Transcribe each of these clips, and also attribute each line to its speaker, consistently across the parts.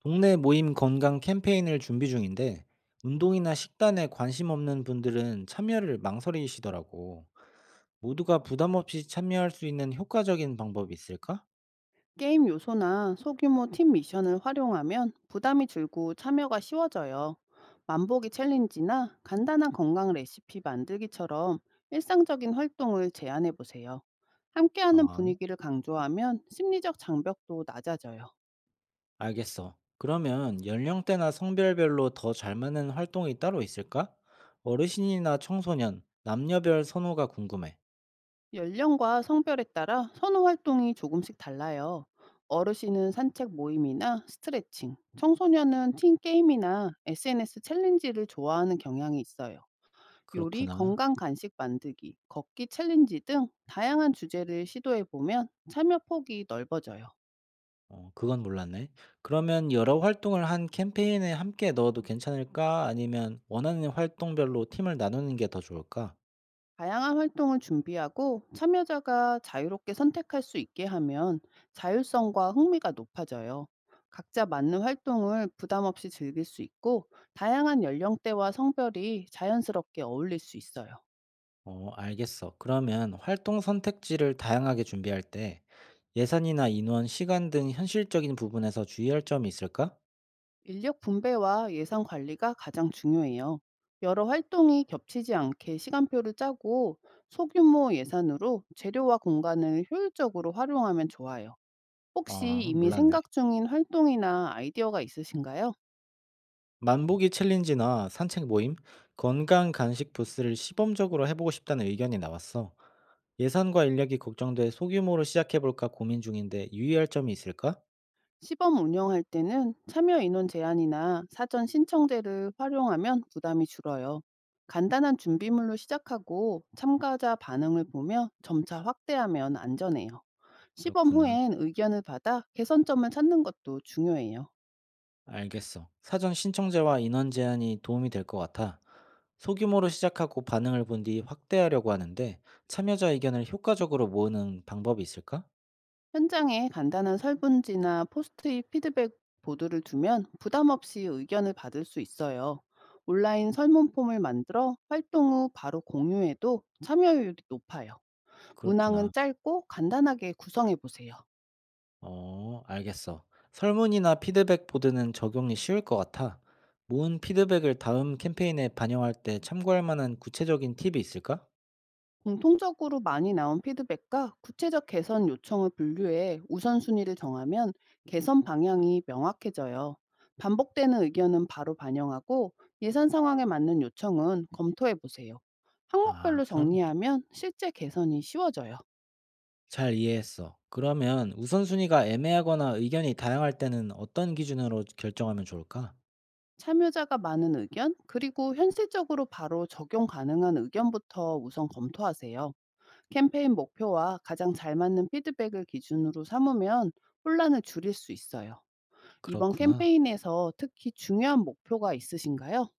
Speaker 1: 동네 모임 건강 캠페인을 준비 중인데 운동이나 식단에 관심 없는 분들은 참여를 망설이시더라고. 모두가 부담 없이 참여할 수 있는 효과적인 방법이 있을까?
Speaker 2: 게임 요소나 소규모 팀 미션을 활용하면 부담이 줄고 참여가 쉬워져요. 만보기 챌린지나 간단한 건강 레시피 만들기처럼 일상적인 활동을 제안해 보세요. 함께하는
Speaker 1: 아,
Speaker 2: 분위기를 강조하면 심리적 장벽도 낮아져요.
Speaker 1: 알겠어. 그러면 연령대나 성별별로 더 잘 맞는 활동이 따로 있을까? 어르신이나 청소년, 남녀별 선호가 궁금해.
Speaker 2: 연령과 성별에 따라 선호 활동이 조금씩 달라요. 어르신은 산책 모임이나 스트레칭, 청소년은 팀 게임이나 SNS 챌린지를 좋아하는 경향이 있어요. 요리,
Speaker 1: 그렇구나.
Speaker 2: 건강 간식 만들기, 걷기 챌린지 등 다양한 주제를 시도해 보면 참여 폭이 넓어져요.
Speaker 1: 어, 그건 몰랐네. 그러면 여러 활동을 한 캠페인에 함께 넣어도 괜찮을까? 아니면 원하는 활동별로 팀을 나누는 게 더 좋을까?
Speaker 2: 다양한 활동을 준비하고 참여자가 자유롭게 선택할 수 있게 하면 자율성과 흥미가 높아져요. 각자 맞는 활동을 부담 없이 즐길 수 있고 다양한 연령대와 성별이 자연스럽게 어울릴 수 있어요.
Speaker 1: 어, 알겠어. 그러면 활동 선택지를 다양하게 준비할 때 예산이나 인원, 시간 등 현실적인 부분에서 주의할 점이 있을까?
Speaker 2: 인력 분배와 예산 관리가 가장 중요해요. 여러 활동이 겹치지 않게 시간표를 짜고 소규모 예산으로 재료와 공간을 효율적으로 활용하면 좋아요. 혹시
Speaker 1: 아,
Speaker 2: 이미
Speaker 1: 몰랐네.
Speaker 2: 생각 중인 활동이나 아이디어가 있으신가요?
Speaker 1: 만보기 챌린지나 산책 모임, 건강 간식 부스를 시범적으로 해보고 싶다는 의견이 나왔어. 예산과 인력이 걱정돼 소규모로 시작해볼까 고민 중인데 유의할 점이 있을까?
Speaker 2: 시범 운영할 때는 참여 인원 제한이나 사전 신청제를 활용하면 부담이 줄어요. 간단한 준비물로 시작하고 참가자 반응을 보며 점차 확대하면 안전해요. 시범
Speaker 1: 그렇구나.
Speaker 2: 후엔 의견을 받아 개선점을 찾는 것도 중요해요.
Speaker 1: 알겠어. 사전 신청제와 인원 제한이 도움이 될 것 같아. 소규모로 시작하고 반응을 본 뒤 확대하려고 하는데 참여자 의견을 효과적으로 모으는 방법이 있을까?
Speaker 2: 현장에 간단한 설문지나 포스트잇 피드백 보드를 두면 부담 없이 의견을 받을 수 있어요. 온라인 설문폼을 만들어 활동 후 바로 공유해도 참여율이 높아요. 문항은
Speaker 1: 그렇구나.
Speaker 2: 짧고 간단하게 구성해 보세요.
Speaker 1: 어, 알겠어. 설문이나 피드백 보드는 적용이 쉬울 것 같아. 모은 피드백을 다음 캠페인에 반영할 때 참고할 만한 구체적인 팁이 있을까?
Speaker 2: 공통적으로 많이 나온 피드백과 구체적 개선 요청을 분류해 우선순위를 정하면 개선 방향이 명확해져요. 반복되는 의견은 바로 반영하고 예산 상황에 맞는 요청은 검토해 보세요.
Speaker 1: 아,
Speaker 2: 항목별로 정리하면 실제 개선이 쉬워져요.
Speaker 1: 잘 이해했어. 그러면 우선순위가 애매하거나 의견이 다양할 때는 어떤 기준으로 결정하면 좋을까?
Speaker 2: 참여자가 많은 의견, 그리고 현실적으로 바로 적용 가능한 의견부터 우선 검토하세요. 캠페인 목표와 가장 잘 맞는 피드백을 기준으로 삼으면 혼란을 줄일 수 있어요. 이번
Speaker 1: 그렇구나.
Speaker 2: 캠페인에서 특히 중요한 목표가 있으신가요?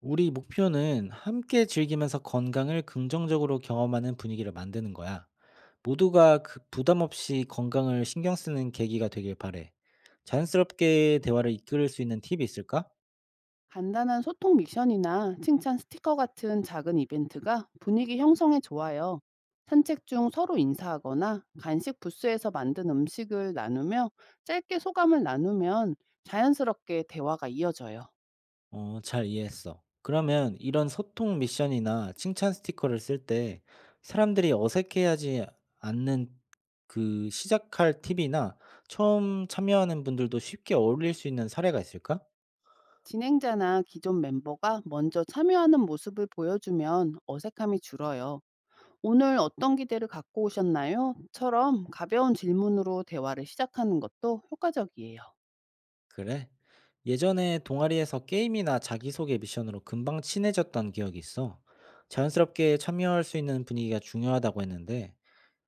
Speaker 1: 우리 목표는 함께 즐기면서 건강을 긍정적으로 경험하는 분위기를 만드는 거야. 모두가 그 부담 없이 건강을 신경 쓰는 계기가 되길 바래. 자연스럽게 대화를 이끌 수 있는 팁이 있을까?
Speaker 2: 간단한 소통 미션이나 칭찬 스티커 같은 작은 이벤트가 분위기 형성에 좋아요. 산책 중 서로 인사하거나 간식 부스에서 만든 음식을 나누며 짧게 소감을 나누면 자연스럽게 대화가 이어져요.
Speaker 1: 어, 잘 이해했어. 그러면 이런 소통 미션이나 칭찬 스티커를 쓸 때 사람들이 어색해하지 않는 시작할 팁이나 처음 참여하는 분들도 쉽게 어울릴 수 있는 사례가 있을까?
Speaker 2: 진행자나 기존 멤버가 먼저 참여하는 모습을 보여주면 어색함이 줄어요. "오늘 어떤 기대를 갖고 오셨나요?"처럼 가벼운 질문으로 대화를 시작하는 것도 효과적이에요.
Speaker 1: 그래? 예전에 동아리에서 게임이나 자기소개 미션으로 금방 친해졌던 기억이 있어. 자연스럽게 참여할 수 있는 분위기가 중요하다고 했는데,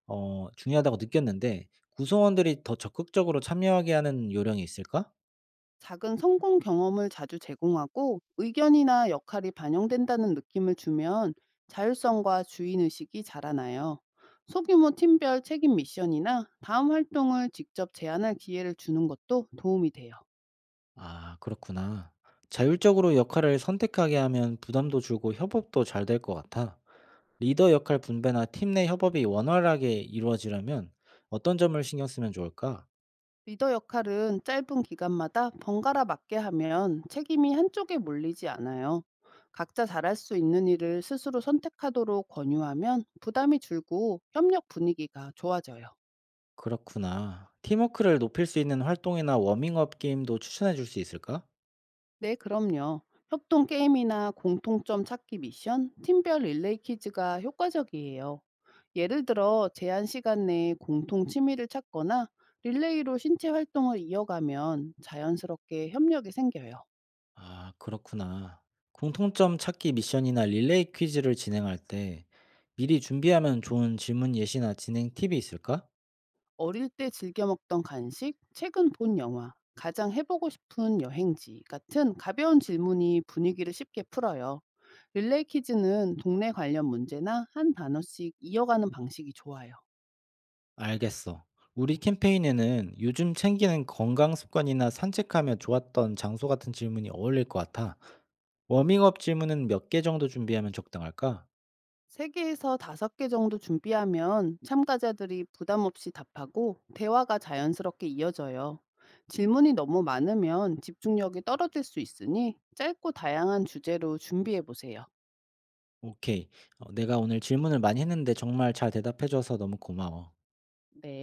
Speaker 1: 중요하다고 느꼈는데, 구성원들이 더 적극적으로 참여하게 하는 요령이 있을까?
Speaker 2: 작은 성공 경험을 자주 제공하고 의견이나 역할이 반영된다는 느낌을 주면 자율성과 주인의식이 자라나요. 소규모 팀별 책임 미션이나 다음 활동을 직접 제안할 기회를 주는 것도 도움이 돼요.
Speaker 1: 아, 그렇구나. 자율적으로 역할을 선택하게 하면 부담도 줄고 협업도 잘 될 것 같아. 리더 역할 분배나 팀 내 협업이 원활하게 이루어지려면 어떤 점을 신경 쓰면 좋을까?
Speaker 2: 리더 역할은 짧은 기간마다 번갈아 맡게 하면 책임이 한쪽에 몰리지 않아요. 각자 잘할 수 있는 일을 스스로 선택하도록 권유하면 부담이 줄고 협력 분위기가 좋아져요.
Speaker 1: 그렇구나. 팀워크를 높일 수 있는 활동이나 워밍업 게임도 추천해 줄 수 있을까?
Speaker 2: 네, 그럼요. 협동 게임이나 공통점 찾기 미션, 팀별 릴레이 퀴즈가 효과적이에요. 예를 들어 제한 시간 내에 공통 취미를 찾거나 릴레이로 신체 활동을 이어가면 자연스럽게 협력이 생겨요.
Speaker 1: 아, 그렇구나. 공통점 찾기 미션이나 릴레이 퀴즈를 진행할 때 미리 준비하면 좋은 질문 예시나 진행 팁이 있을까?
Speaker 2: 어릴 때 즐겨 먹던 간식, 최근 본 영화, 가장 해보고 싶은 여행지 같은 가벼운 질문이 분위기를 쉽게 풀어요. 릴레이 퀴즈는 동네 관련 문제나 한 단어씩 이어가는 방식이 좋아요.
Speaker 1: 알겠어. 우리 캠페인에는 요즘 챙기는 건강 습관이나 산책하며 좋았던 장소 같은 질문이 어울릴 것 같아. 워밍업 질문은 몇 개 정도 준비하면 적당할까?
Speaker 2: 3개에서 5개 정도 준비하면 참가자들이 부담 없이 답하고 대화가 자연스럽게 이어져요. 질문이 너무 많으면 집중력이 떨어질 수 있으니 짧고 다양한 주제로 준비해 보세요.
Speaker 1: 오케이. 어, 내가 오늘 질문을 많이 했는데 정말 잘 대답해줘서 너무 고마워.
Speaker 2: 네.